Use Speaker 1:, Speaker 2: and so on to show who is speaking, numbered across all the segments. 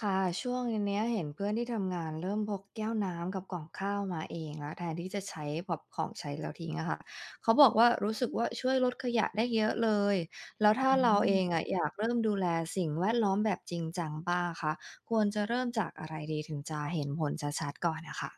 Speaker 1: ค่ะช่วงเนี้ยเห็นเพื่อนที่ทำงานเริ่มพกแก้วน้ำกับกล่องข้าวมาเองแล้วแทนที่จะใช้แบบของใช้แล้วทิ้งอะค่ะเขาบอกว่ารู้สึกว่าช่วยลดขยะได้เยอะเลยแล้วถ้า
Speaker 2: อื
Speaker 1: เราเอง
Speaker 2: ม
Speaker 1: อะอยากเริ่มดูแลสิ่งแวดล้อมแบบจริงจังบ้างคะควรจะเริ่มจากอะไรดีถึงจะเห็นผลชัดๆก่อนนะคะ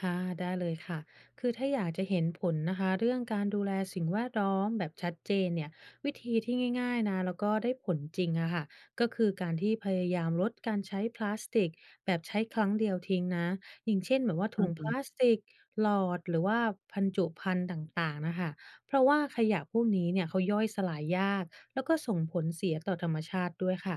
Speaker 2: ค่ะได้เลยค่ะคือถ้าอยากจะเห็นผลนะคะเรื่องการดูแลสิ่งแวดล้อมแบบชัดเจนเนี่ยวิธีที่ง่ายๆนะแล้วก็ได้ผลจริงอะค่ะก็คือการที่พยายามลดการใช้พลาสติกแบบใช้ครั้งเดียวทิ้งนะอย่างเช่นแบบว่าถุงพ
Speaker 1: อื
Speaker 2: ลาสติกหลอดหรือว่าบรรจุภัณฑ์ต่างๆนะค่ะเพราะว่าขยะพวกนี้เนี่ยเขาย่อยสลายยากแล้วก็ส่งผลเสียต่อธรรมชาติด้วยค่ะ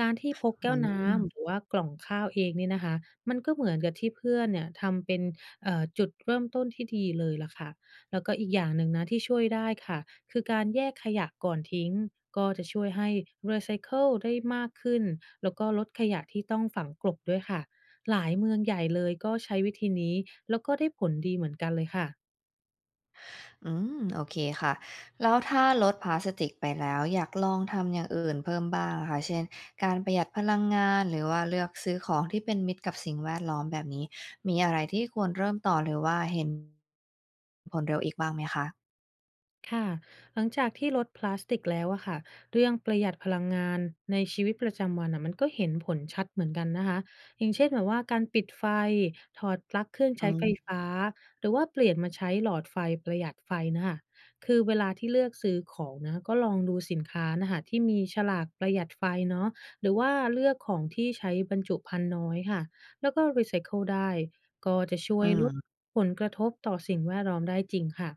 Speaker 2: การที่พกแก้วน้ำหรื
Speaker 1: ม
Speaker 2: อว่ากล่องข้าวเองนี่นะคะ มันก็เหมือนกับที่เพื่อนเนี่ยทำเป็นจุดเริ่มต้นที่ดีเลยล่ะค่ะ แล้วก็อีกอย่างหนึ่งนะที่ช่วยได้ค่ะ คือการแยกขยะก่อนทิ้งก็จะช่วยให้รีไซเคิลได้มากขึ้น แล้วก็ลดขยะที่ต้องฝังกลบด้วยค่ะ หลายเมืองใหญ่เลยก็ใช้วิธีนี้แล้วก็ได้ผลดีเหมือนกันเลยค่ะ
Speaker 1: อืมโอเคค่ะแล้วถ้าลดพลาสติกไปแล้วอยากลองทำอย่างอื่นเพิ่มบ้างอะค่ะเช่นการประหยัดพลังงานหรือว่าเลือกซื้อของที่เป็นมิตรกับสิ่งแวดล้อมแบบนี้มีอะไรที่ควรเริ่มต่อหรือว่าเห็นผลเร็วอีกบ้างไหมคะ
Speaker 2: ค่ะหลังจากที่ลดพลาสติกแล้วอะค่ะเรื่องประหยัดพลังงานในชีวิตประจำวันอะมันก็เห็นผลชัดเหมือนกันนะคะอย่างเช่นแบบว่าการปิดไฟถอดปลั๊กเครื่อง
Speaker 1: อื
Speaker 2: ใช้ไฟ
Speaker 1: ม
Speaker 2: ฟ้าหรือว่าเปลี่ยนมาใช้หลอดไฟประหยัดไฟนะคะคือเวลาที่เลือกซื้อของนะก็ลองดูสินค้านะคะที่มีฉลากประหยัดไฟเนาะหรือว่าเลือกของที่ใช้บรรจุภัณฑ์น้อยค่ะแล้วก็รีไซเคิลได้ก็จะช่ว
Speaker 1: อื
Speaker 2: ยลด
Speaker 1: ม
Speaker 2: ผลกระทบต่อสิ่งแวดล้อมได้จริงค่ะ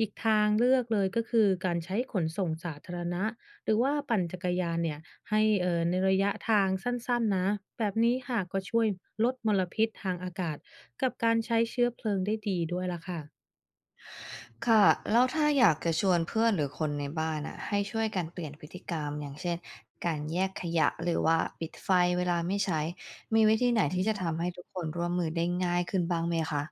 Speaker 2: อีกทางเลือกเลยก็คือการใช้ขนส่งสาธารณะหรือว่าปั่นจักรยานเนี่ยให้ในระยะทางสั้นๆนะแบบนี้ค่ะก็ช่วยลดมลพิษทางอากาศกับการใช้เชื้อเพลิงได้ดีด้วยล่ะค่ะ
Speaker 1: ค่ะแล้วถ้าอยากจะชวนเพื่อนหรือคนในบ้านอ่ะให้ช่วยกันเปลี่ยนพฤติกรรมอย่างเช่นการแยกขยะหรือว่าปิดไฟเวลาไม่ใช้มีวิธีไหนที่จะทำให้ทุกคนร่วมมือได้ง่ายขึ้นบ้างไหมคะ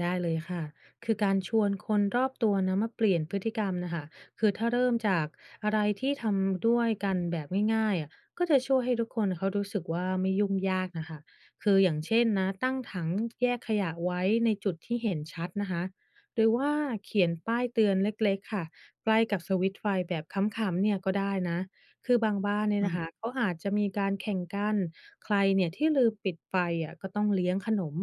Speaker 2: ได้เลยค่ะ คือการชวนคนรอบตัวนะมาเปลี่ยนพฤติกรรมนะคะคือถ้าเริ่มจากอะไรที่ทำด้วยกันแบบง่ายๆอะก็จะช่วยให้ทุกคนเขารู้สึกว่าไม่ยุ่งยากนะคะคืออย่างเช่นนะตั้งถังแยกขยะไว้ในจุดที่เห็นชัดนะคะหรือว่าเขียนป้ายเตือนเล็กๆค่ะ ใกล้กับสวิตช์ไฟแบบขำๆเนี่ยก็ได้นะ คือบางบ้านเนี่ยนะคะเขาอาจจะมีการแข่งกันใครเนี่ยที่ลืมปิดไฟอะก็ต้องเลี้ยงขนม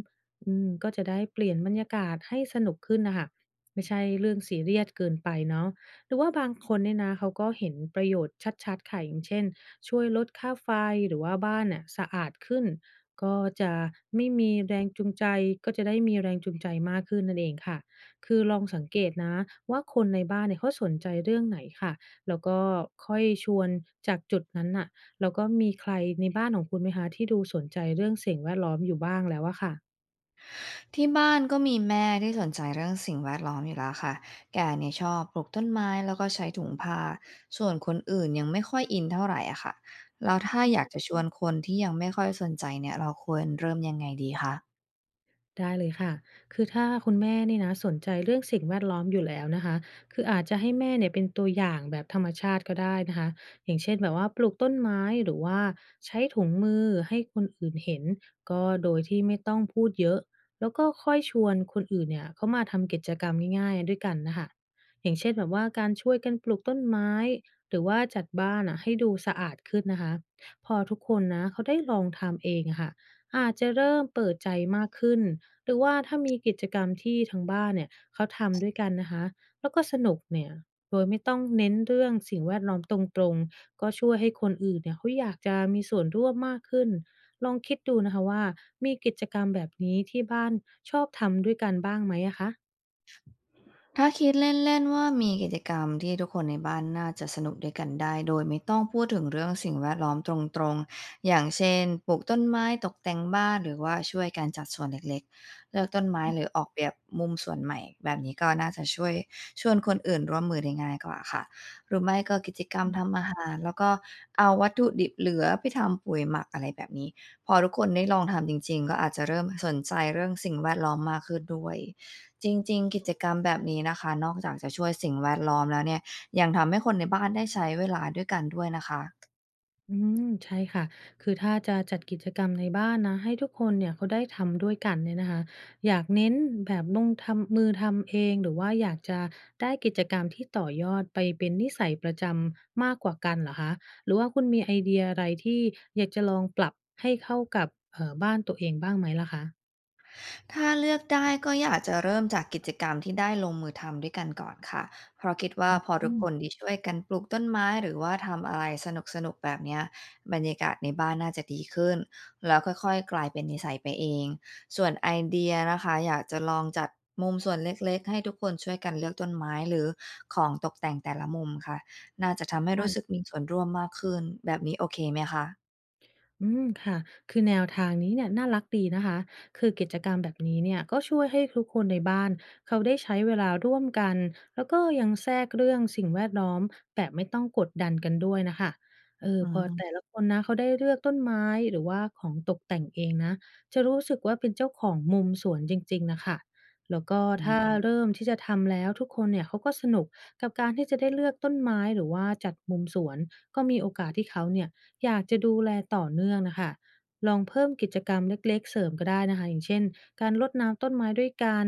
Speaker 2: ก็จะได้เปลี่ยนบรรยากาศให้สนุกขึ้นน่ะค่ะไม่ใช่เรื่องซีเรียสเกินไปเนาะหรือว่าบางคนเนี่ยนะ เขาก็เห็นประโยชน์ชัดๆค่ะอย่างเช่น ช่วยลดค่าไฟหรือว่าบ้านน่ะสะอาดขึ้น ก็จะไม่มีแรงจูงใจ ก็จะได้มีแรงจูงใจมากขึ้นนั่นเองค่ะคือลองสังเกตนะว่าคนในบ้านเนี่ยเขาสนใจเรื่องไหนค่ะแล้วก็ค่อยชวนจากจุดนั้นน่ะแล้วก็มีใครในบ้านของคุณไหมคะที่ดูสนใจเรื่องสิ่งแวดล้อมอยู่บ้างแล้วอะค่ะ
Speaker 1: ที่บ้านก็มีแม่ที่สนใจเรื่องสิ่งแวดล้อมอยู่แล้วค่ะแกเนี่ยชอบปลูกต้นไม้แล้วก็ใช้ถุงผ้าส่วนคนอื่นยังไม่ค่อยอินเท่าไหร่อะค่ะแล้วถ้าอยากจะชวนคนที่ยังไม่ค่อยสนใจเนี่ยเราควรเริ่มยังไงดีคะ
Speaker 2: ได้เลยค่ะ คือถ้าคุณแม่นี่นะสนใจเรื่องสิ่งแวดล้อมอยู่แล้วนะคะคืออาจจะให้แม่เนี่ยเป็นตัวอย่างแบบธรรมชาติก็ได้นะคะอย่างเช่นแบบว่าปลูกต้นไม้หรือว่าใช้ถุงมือให้คนอื่นเห็นก็โดยที่ไม่ต้องพูดเยอะแล้วก็ค่อยชวนคนอื่นเนี่ยเขามาทำกิจกรรมง่ายๆด้วยกันนะคะอย่างเช่นแบบว่าการช่วยกันปลูกต้นไม้หรือว่าจัดบ้านอ่ะให้ดูสะอาดขึ้นนะคะพอทุกคนนะเขาได้ลองทำเองอะค่ะอาจจะเริ่มเปิดใจมากขึ้น หรือว่าถ้ามีกิจกรรมที่ทางบ้านเนี่ยเขาทำด้วยกันนะคะแล้วก็สนุกเนี่ยโดยไม่ต้องเน้นเรื่องสิ่งแวดล้อมตรงๆก็ช่วยให้คนอื่นเนี่ยเขาอยากจะมีส่วนร่วมมากขึ้นลองคิดดูนะคะว่ามีกิจกรรมแบบนี้ที่บ้านชอบทำด้วยกันบ้างไหมอะคะ
Speaker 1: ถ้าคิดเล่นๆว่ามีกิจกรรมที่ทุกคนในบ้านน่าจะสนุกด้วยกันได้โดยไม่ต้องพูดถึงเรื่องสิ่งแวดล้อมตรงๆอย่างเช่นปลูกต้นไม้ตกแต่งบ้านหรือว่าช่วยการจัดสวนเล็กๆเลือกต้นไม้หรือออกแบบมุมสวนใหม่แบบนี้ก็น่าจะช่วยชวนคนอื่นร่วมมือได้ง่ายกว่าค่ะหรือไม่ก็กิจกรรมทำอาหารแล้วก็เอาวัตถุดิบเหลือไปทำปุ๋ยหมักอะไรแบบนี้พอทุกคนได้ลองทำจริงๆก็อาจจะเริ่มสนใจเรื่องสิ่งแวดล้อมมากขึ้นด้วย จริงๆ กิจกรรมแบบนี้นะคะ นอกจากจะช่วยสิ่งแวดล้อมแล้วเนี่ยยังทำให้คนในบ้านได้ใช้เวลาด้วยกันด้วยนะคะ
Speaker 2: อืมใช่ค่ะคือถ้าจะจัดกิจกรรมในบ้านนะให้ทุกคนเนี่ยเขาได้ทำด้วยกันเนี่ยนะคะอยากเน้นแบบลงทำมือทำเองหรือว่าอยากจะได้กิจกรรมที่ต่อยอดไปเป็นนิสัยประจำมากกว่ากันเหรอคะหรือว่าคุณมีไอเดียอะไรที่อยากจะลองปรับให้เข้ากับบ้านตัวเองบ้างไหมล่ะคะ
Speaker 1: ถ้าเลือกได้ก็อยากจะเริ่มจากกิจกรรมที่ได้ลงมือทำด้วยกันก่อนค่ะเพราะคิดว่าพอทุ
Speaker 2: อื
Speaker 1: กคน
Speaker 2: ม
Speaker 1: ที่ช่วยกันปลูกต้นไม้หรือว่าทำอะไรสนุกๆแบบเนี้ยบรรยากาศในบ้านน่าจะดีขึ้นแล้วค่อยๆกลายเป็นนิสัยไปเองส่วนไอเดียนะคะอยากจะลองจัดมุมส่วนเล็กๆให้ทุกคนช่วยกันเลือกต้นไม้หรือของตกแต่งแต่ละมุมค่ะน่าจะทำให้รู้สึก
Speaker 2: ค่ะ
Speaker 1: มีส่วนร่วมมากขึ้นแบบนี้โอเคไหมคะ
Speaker 2: อืมค่ะคือแนวทางนี้เนี่ยน่ารักดีนะคะคือกิจกรรมแบบนี้เนี่ยก็ช่วยให้ทุกคนในบ้านเขาได้ใช้เวลาร่วมกัน แล้วก็ยังแทรกเรื่องสิ่งแวดล้อมแบบไม่ต้องกดดันกันด้วยนะคะ
Speaker 1: อื
Speaker 2: พอ
Speaker 1: ม
Speaker 2: แต่ละคนนะเขาได้เลือกต้นไม้หรือว่าของตกแต่งเองนะจะรู้สึกว่าเป็นเจ้าของมุมสวนจริงๆนะคะแล้วก็ถ้าเริ่มที่จะทำแล้วทุกคนเนี่ยเขาก็สนุกกับการที่จะได้เลือกต้นไม้หรือว่าจัดมุมสวนก็มีโอกาสที่เขาเนี่ย อยากจะดูแลต่อเนื่องนะคะ ลองเพิ่มกิจกรรมเล็กๆเสริมก็ได้นะคะ อย่างเช่น การรดน้ำต้นไม้ด้วยกัน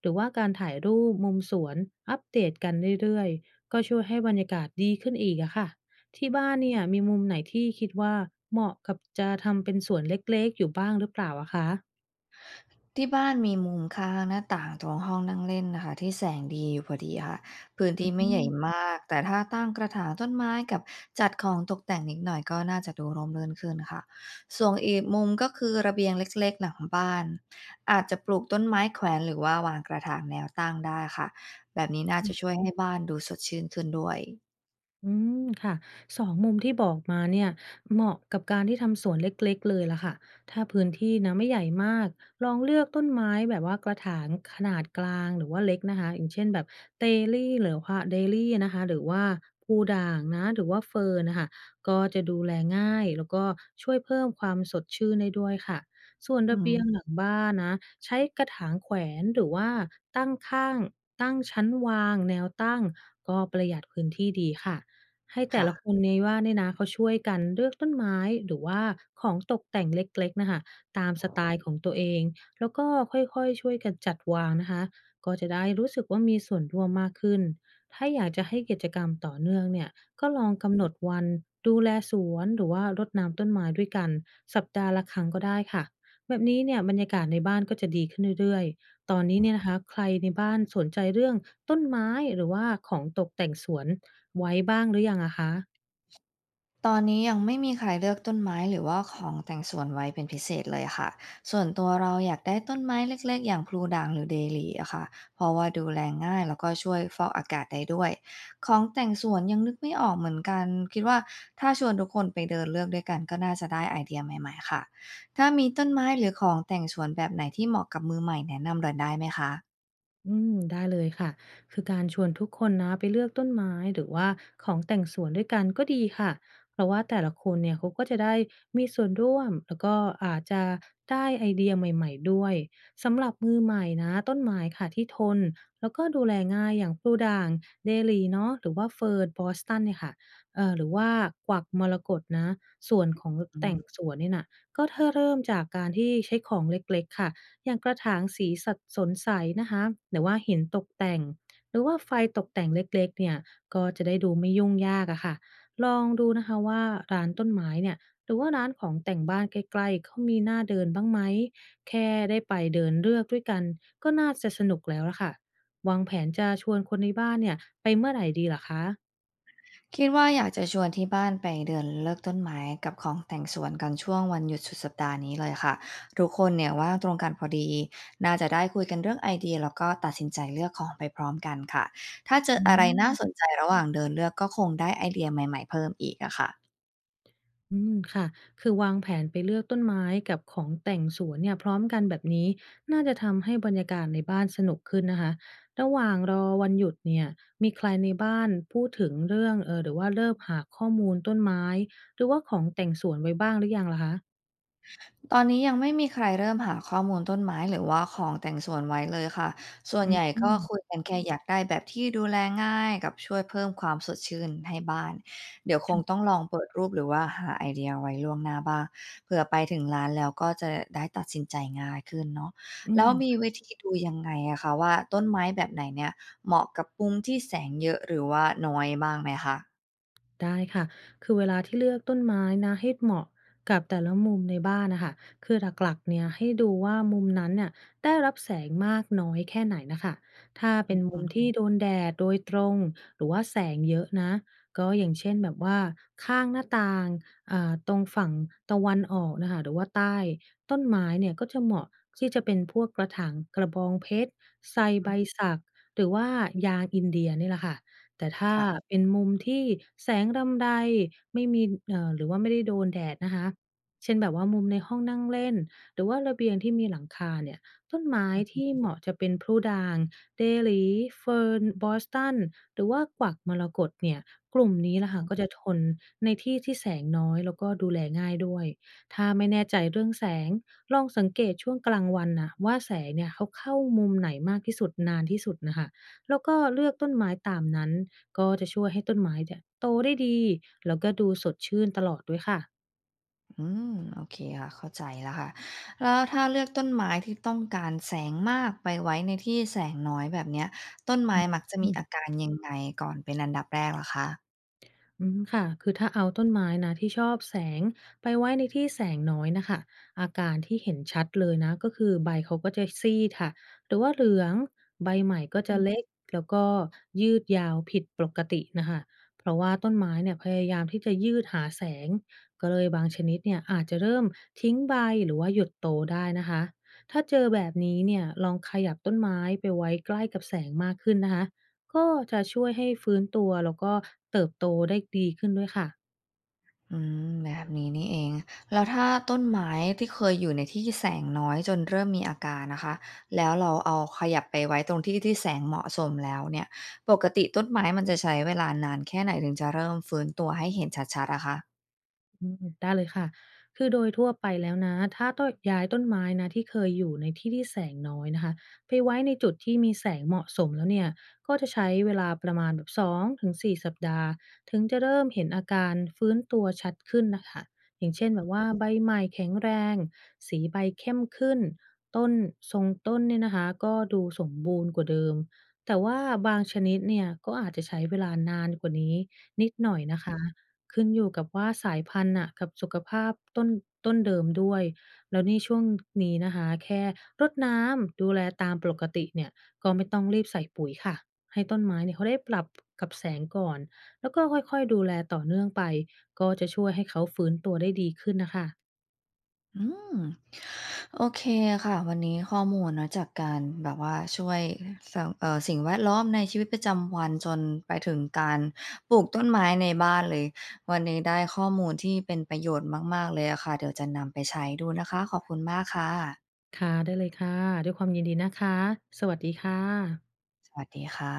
Speaker 2: หรือว่าการถ่ายรูปมุมสวน อัปเดตกันเรื่อยๆ ก็ช่วยให้บรรยากาศดีขึ้นอีกอะค่ะที่บ้านเนี่ยมีมุมไหนที่คิดว่าเหมาะกับจะทำเป็นสวนเล็กๆ อยู่บ้างหรือเปล่าอะคะ
Speaker 1: ที่บ้านมีมุมข้างหน้าต่างตรงห้องนั่งเล่นนะค่ะที่แสงดีอยู่พอดีค่ะพื้น
Speaker 2: อื
Speaker 1: ที่ไม่ใหญ่
Speaker 2: ม
Speaker 1: มากแต่ถ้าตั้งกระถางต้นไม้กับจัดของตกแต่งนิดหน่อยก็น่าจะดูร่มรื่นขึ้นค่ะส่วนอีกมุมก็คือระเบียงเล็กๆหลังบ้านอาจจะปลูกต้นไม้แขวนหรือว่าวางกระถางแนวตั้งได้ค่ะแบบนี้น่าจะช่วยให้บ้านดูสดชื่นขึ้นด้วย
Speaker 2: อืมค่ะ2มุมที่บอกมาเนี่ยเหมาะกับการที่ทำสวนเล็กๆเลยล่ะค่ะถ้าพื้นที่นะไม่ใหญ่มากลองเลือกต้นไม้แบบว่ากระถางขนาดกลางหรือว่าเล็กนะคะอย่างเช่นแบบเตลี่หรือว่าเดลี่นะคะหรือว่าพูด่างนะหรือว่าเฟิร์นน่ะค่ะก็จะดูแลง่ายแล้วก็ช่วยเพิ่มความสดชื่นได้ด้วยค่ะส่วน
Speaker 1: อื
Speaker 2: ระเบีย
Speaker 1: ม
Speaker 2: งหลังบ้านนะใช้กระถางแขวนหรือว่าตั้งข้างตั้งชั้นวางแนวตั้งก็ประหยัดพื้นที่ดีค่ะ ให้แต่
Speaker 1: ค่ะ
Speaker 2: ละคนในว่าเนี่ยนะเขาช่วยกันเลือกต้นไม้หรือว่าของตกแต่งเล็กๆนะคะตามสไตล์ของตัวเองแล้วก็ค่อยๆช่วยกันจัดวางนะคะก็จะได้รู้สึกว่ามีส่วนร่วมมากขึ้นถ้าอยากจะให้กิจกรรมต่อเนื่องเนี่ยก็ลองกำหนดวันดูแลสวนหรือว่ารดน้ำต้นไม้ด้วยกันสัปดาห์ละครั้งก็ได้ค่ะแบบนี้เนี่ยบรรยากาศในบ้านก็จะดีขึ้นเรื่อยๆตอนนี้เนี่ยนะคะใครในบ้านสนใจเรื่องต้นไม้หรือว่าของตกแต่งสวน ไว้บ้างหรือยังอะคะ
Speaker 1: ตอนนี้ยังไม่มีใครเลือกต้นไม้หรือว่าของแต่งสวนไว้เป็นพิเศษเลยค่ะส่วนตัวเราอยากได้ต้นไม้เล็กๆอย่างพลูด่างหรือเดลี่อะค่ะเพราะว่าดูแลง่ายแล้วก็ช่วยฟอกอากาศได้ด้วยของแต่งสวนยังนึกไม่ออกเหมือนกันคิดว่าถ้าชวนทุกคนไปเดินเลือกด้วยกันก็น่าจะได้ไอเดียใหม่ๆค่ะถ้ามีต้นไม้หรือของแต่งสวนแบบไหนที่เหมาะกับมือใหม่แนะนำเราได้ไหมคะ
Speaker 2: อืมได้เลยค่ะคือการชวนทุกคนนะไปเลือกต้นไม้หรือว่าของแต่งสวนด้วยกันก็ดีค่ะ เพราะว่าแต่ละคนเนี่ยเขาก็จะได้มีส่วนร่วมแล้วก็อาจจะได้ไอเดียใหม่ๆด้วยสำหรับมือใหม่นะต้นไม้ค่ะที่ทนแล้วก็ดูแลง่ายอย่างพลูด่างเดหลี่เนาะหรือว่าเฟิร์นบอสตันเนี่ยค่ะหรือว่ากวักมรกตนะส่วนของ
Speaker 1: อื
Speaker 2: แต่ง
Speaker 1: ม
Speaker 2: สวนเนี่ยน่ะก็ถ้าเริ่มจากการที่ใช้ของเล็กๆค่ะ อย่างกระถางสีสัดสนใสนะคะหรือว่าหินตกแต่งหรือว่าไฟตกแต่งเล็กๆเนี่ยก็จะได้ดูไม่ยุ่งยากอะค่ะลองดูนะคะว่าร้านต้นไม้เนี่ยหรือว่าร้านของแต่งบ้านใกล้ๆเขามีหน้าเดินบ้างไหมแค่ได้ไปเดินเลือกด้วยกันก็น่าจะสนุกแล้วละค่ะวางแผนจะชวนคนในบ้านเนี่ยไปเมื่อไหร่ดีลหรคะ
Speaker 1: คิดว่าอยากจะชวนที่บ้านไปเดินเลือกต้นไม้กับของแต่งสวนกันช่วงวันหยุดสุดสัปดาห์นี้เลยค่ะทุกคนเนี่ยว่างตรงกันพอดีน่าจะได้คุยกันเรื่องไอเดียแล้วก็ตัดสินใจเลือกของไปพร้อมกันค่ะถ้าเจอ
Speaker 2: อื
Speaker 1: อะไรน่าสน
Speaker 2: ม
Speaker 1: ใจระหว่างเดินเลือกก็คงได้ไอเดียใหม่ๆเพิ่มอีกอะค่ะ
Speaker 2: อืมค่ะคือวางแผนไปเลือกต้นไม้กับของแต่งสวนเนี่ยพร้อมกันแบบนี้น่าจะทำให้บรรยากาศในบ้านสนุกขึ้นนะคะระหว่างรอวันหยุดเนี่ยมีใครในบ้านพูดถึงเรื่องหรือว่าเริ่มหาข้อมูลต้นไม้หรือว่าของแต่งสวนไว้บ้างหรือยังล่ะคะ
Speaker 1: ตอนนี้ยังไม่มีใครเริ่มหาข้อมูลต้นไม้หรือว่าของแต่งสวนไว้เลยค่ะ ส่วน
Speaker 2: อื
Speaker 1: ให
Speaker 2: ม
Speaker 1: ญ่
Speaker 2: อ
Speaker 1: ก็คุยกันแค่อยากได้แบบที่ดูแลง่ายกับช่วยเพิ่มความสดชื่นให้บ้าน เดี๋ยวคงต้องลองเปิดรูปหรือว่าหาไอเดียไว้ล่วงหน้าบ้าง เผื่อไปถึงร้านแล้วก็จะได้ตัดสินใจง่ายขึ้นเนาะ
Speaker 2: ื
Speaker 1: แล้วมี
Speaker 2: ม
Speaker 1: วิธีดูยังไงอะคะว่าต้นไม้แบบไหนเนี่ยเหมาะกับมุมที่แสงเยอะหรือว่าน้อยบ้างไหมคะ
Speaker 2: ได้ค่ะคือเวลาที่เลือกต้นไม้นะให้เหมาะกับแต่ละมุมในบ้านนะคะคือหลักๆเนี่ยให้ดูว่ามุมนั้นเนี่ยได้รับแสงมากน้อยแค่ไหนนะคะถ้าเป็นมุมที่โดนแดดโดยตรงหรือว่าแสงเยอะนะก็อย่างเช่นแบบว่าข้างหน้าต่างตรงฝั่งตะวันออกนะคะหรือว่าใต้ต้นไม้เนี่ยก็จะเหมาะที่จะเป็นพวกกระถางกระบองเพชรใส่
Speaker 1: อื
Speaker 2: ใบ
Speaker 1: ม
Speaker 2: สักหรือว่ายางอินเดียนี่แหละค่ะ แต่ถ้า
Speaker 1: ค่ะ
Speaker 2: เป็นมุมที่แสงรำไรไม่มีหรือว่าไม่ได้โดนแดดนะคะเช่นแบบว่ามุมในห้องนั่งเล่นหรือว่าระเบียงที่มีหลังคาเนี่ยต้นไม้ที่เหมาะจะเป็นพลูด่างเดหลีเฟิร์นบอสตันหรือว่ากวักมรกตเนี่ยกลุ่มนี้ล่ะค่ะก็จะทนในที่ที่แสงน้อยแล้วก็ดูแลง่ายด้วยถ้าไม่แน่ใจเรื่องแสงลองสังเกตช่วงกลางวันน่ะว่าแสงเนี่ยเขาเข้ามุมไหนมากที่สุดนานที่สุดน่ะค่ะแล้วก็เลือกต้นไม้ตามนั้น ก็จะช่วยให้ต้นไม้เนี่ยโตได้ดีแล้วก็ดูสดชื่นตลอดด้วยค่ะ
Speaker 1: อืมโอเคค่ะเข้าใจแล้วค่ะแล้วถ้าเลือกต้นไม้ที่ต้องการแสงมากไปไว้ในที่แสงน้อยแบบเนี้ยต้นไม้มักจะมีอาการยังไงก่อนเป็นอันดับแรกเหรอคะ
Speaker 2: อืมค่ะคือถ้าเอาต้นไม้นะที่ชอบแสงไปไว้ในที่แสงน้อยนะคะอาการที่เห็นชัดเลยนะก็คือใบเขาก็จะซีดค่ะหรือว่าเหลืองใบใหม่ก็จะเล็กแล้วก็ยืดยาวผิดปกตินะคะเพราะว่าต้นไม้เนี่ยพยายามที่จะยืดหาแสงก็เลยบางชนิดเนี่ยอาจจะเริ่มทิ้งใบหรือว่าหยุดโตได้นะคะถ้าเจอแบบนี้เนี่ยลองขยับต้นไม้ไปไว้ใกล้กับแสงมากขึ้นนะคะ ก็จะช่วยให้ฟื้นตัวแล้วก็เติบโตได้ดีขึ้นด้วยค่ะ
Speaker 1: อืมแบบนี้นี่เองแล้วถ้าต้นไม้ที่เคยอยู่ในที่แสงน้อยจนเริ่มมีอาการนะคะแล้วเราเอาขยับไปไว้ตรงที่ที่แสงเหมาะสมแล้วเนี่ยปกติต้นไม้มันจะใช้เวลานานแค่ไหนถึงจะเริ่มฟื้นตัวให้เห็นชัดๆอะคะ
Speaker 2: อืมได้เลยค่ะ คือโดยทั่วไปแล้วนะ ถ้าต้องย้ายต้นไม้นะที่เคยอยู่ในที่ที่แสงน้อยนะคะ ไปไว้ในจุดที่มีแสงเหมาะสมแล้วเนี่ย ก็จะใช้เวลาประมาณแบบ2-4สสัปดาห์ ถึงจะเริ่มเห็นอาการฟื้นตัวชัดขึ้นน่ะค่ะอย่างเช่นแบบว่าใบใหม่แข็งแรง สีใบเข้มขึ้น ต้นทรงต้นเนี่ยนะคะก็ดูสมบูรณ์กว่าเดิม แต่ว่าบางชนิดเนี่ยก็อาจจะใช้เวลานานกว่านี้นิดหน่อยนะคะ ขึ้นอยู่กับว่าสายพันธุ์น่ะกับสุขภาพต้นต้นเดิมด้วยแล้วนี่ช่วงนี้นะคะแค่รดน้ำดูแลตามปกติเนี่ยก็ไม่ต้องรีบใส่ปุ๋ยค่ะให้ต้นไม้เนี่ยเขาได้ปรับกับแสงก่อนแล้วก็ค่อยๆดูแลต่อเนื่องไปก็จะช่วยให้เขาฟื้นตัวได้ดีขึ้นน่ะค่ะ
Speaker 1: อืมโอเคค่ะวันนี้ข้อมูลเนาะจากการแบบว่าช่วยสังเอ่อสิ่งแวดล้อมในชีวิตประจำวันจนไปถึงการปลูกต้นไม้ในบ้านเลยวันนี้ได้ข้อมูลที่เป็นประโยชน์มากๆเลยอะค่ะเดี๋ยวจะนำไปใช้ดูนะคะขอบคุณมากค่ะ
Speaker 2: ค่ะได้เลยค่ะด้วยความยินดีนะคะสวัสดีค่ะ
Speaker 1: สวัสดีค่ะ